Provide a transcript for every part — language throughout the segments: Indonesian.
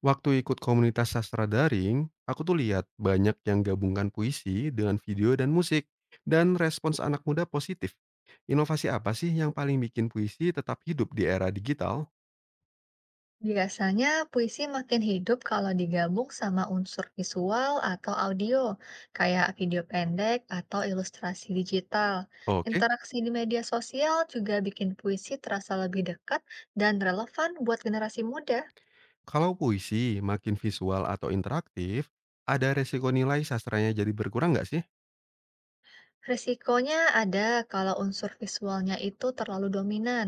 Waktu ikut komunitas sastra daring, aku tuh lihat banyak yang gabungkan puisi dengan video dan musik, dan respons anak muda positif. Inovasi apa sih yang paling bikin puisi tetap hidup di era digital? Biasanya puisi makin hidup kalau digabung sama unsur visual atau audio, kayak video pendek atau ilustrasi digital. Oke, Interaksi di media sosial juga bikin puisi terasa lebih dekat dan relevan buat generasi muda. kalau puisi makin visual atau interaktif, ada resiko nilai sastranya jadi berkurang nggak sih? Risikonya ada kalau unsur visualnya itu terlalu dominan,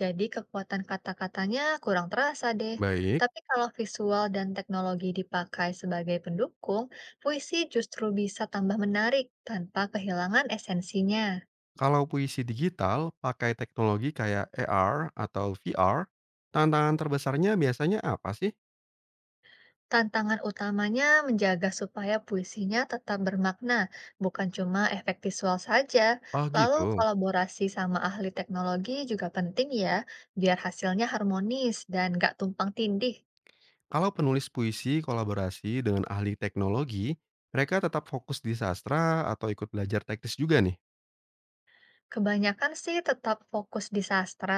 jadi kekuatan kata-katanya kurang terasa deh. Baik, Tapi kalau visual dan teknologi dipakai sebagai pendukung, puisi justru bisa tambah menarik tanpa kehilangan esensinya. kalau puisi digital pakai teknologi kayak AR atau VR, tantangan terbesarnya biasanya apa sih? Tantangan utamanya menjaga supaya puisinya tetap bermakna, bukan cuma efek visual saja. Oh Lalu gitu. kolaborasi sama ahli teknologi juga penting ya, biar hasilnya harmonis dan nggak tumpang tindih. Kalau penulis puisi kolaborasi dengan ahli teknologi, mereka tetap fokus di sastra atau ikut belajar teknis juga nih. Kebanyakan sih tetap fokus di sastra,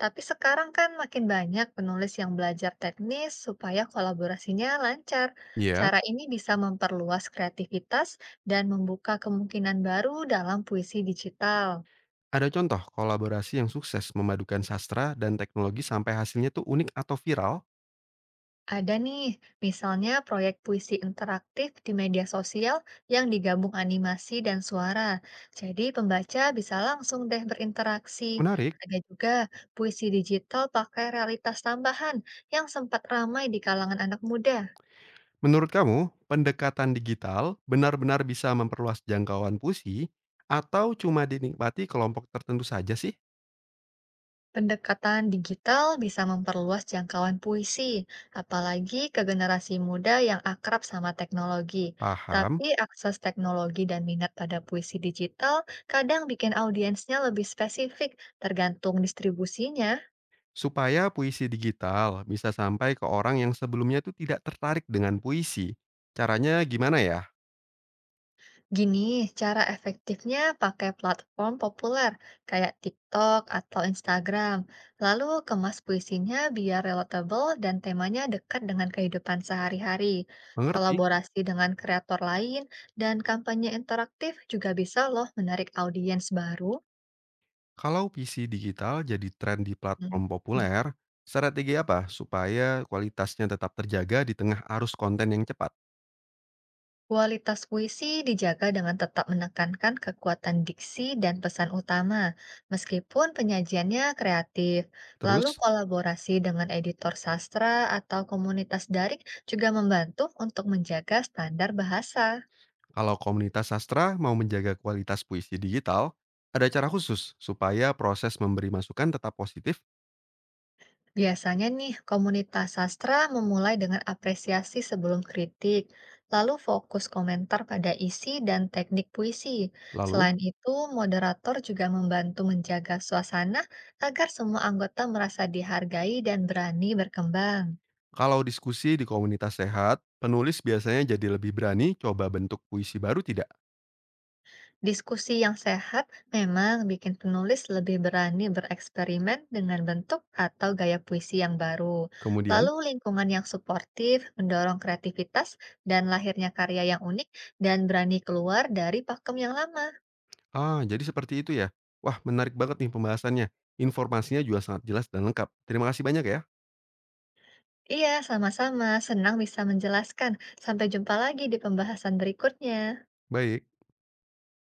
tapi sekarang kan makin banyak penulis yang belajar teknis supaya kolaborasinya lancar. Iya, Cara ini bisa memperluas kreativitas dan membuka kemungkinan baru dalam puisi digital. ada contoh kolaborasi yang sukses memadukan sastra dan teknologi sampai hasilnya tuh unik atau viral? Ada nih, misalnya proyek puisi interaktif di media sosial yang digabung animasi dan suara. Jadi pembaca bisa langsung deh berinteraksi. Menarik. Ada juga puisi digital pakai realitas tambahan yang sempat ramai di kalangan anak muda. Menurut kamu, pendekatan digital benar-benar bisa memperluas jangkauan puisi atau cuma dinikmati kelompok tertentu saja sih? Pendekatan digital bisa memperluas jangkauan puisi, apalagi ke generasi muda yang akrab sama teknologi. Paham? Tapi akses teknologi dan minat pada puisi digital kadang bikin audiensnya lebih spesifik, tergantung distribusinya. Supaya puisi digital bisa sampai ke orang yang sebelumnya tuh tidak tertarik dengan puisi. Caranya gimana ya? Gini, cara efektifnya pakai platform populer kayak TikTok atau Instagram, lalu kemas puisinya biar relatable dan temanya dekat dengan kehidupan sehari-hari. Mengerti, Kolaborasi dengan kreator lain dan kampanye interaktif juga bisa loh menarik audiens baru. kalau PC digital jadi tren di Hmm. platform populer, strategi apa supaya kualitasnya tetap terjaga di tengah arus konten yang cepat? Kualitas puisi dijaga dengan tetap menekankan kekuatan diksi dan pesan utama, meskipun penyajiannya kreatif. Lalu Terus, kolaborasi dengan editor sastra atau komunitas daring juga membantu untuk menjaga standar bahasa. kalau komunitas sastra mau menjaga kualitas puisi digital, ada cara khusus supaya proses memberi masukan tetap positif? Biasanya nih, komunitas sastra memulai dengan apresiasi sebelum kritik, lalu fokus komentar pada isi dan teknik puisi. Lalu, Selain itu, moderator juga membantu menjaga suasana agar semua anggota merasa dihargai dan berani berkembang. kalau diskusi di komunitas sehat, penulis biasanya jadi lebih berani coba bentuk puisi baru tidak? Diskusi yang sehat memang bikin penulis lebih berani bereksperimen dengan bentuk atau gaya puisi yang baru. Kemudian, Lalu lingkungan yang suportif mendorong kreativitas dan lahirnya karya yang unik dan berani keluar dari pakem yang lama. ah jadi seperti itu ya. Wah, menarik banget nih pembahasannya. Informasinya juga sangat jelas dan lengkap. Terima kasih banyak ya. Iya, sama-sama. Senang bisa menjelaskan. Sampai jumpa lagi di pembahasan berikutnya. Baik.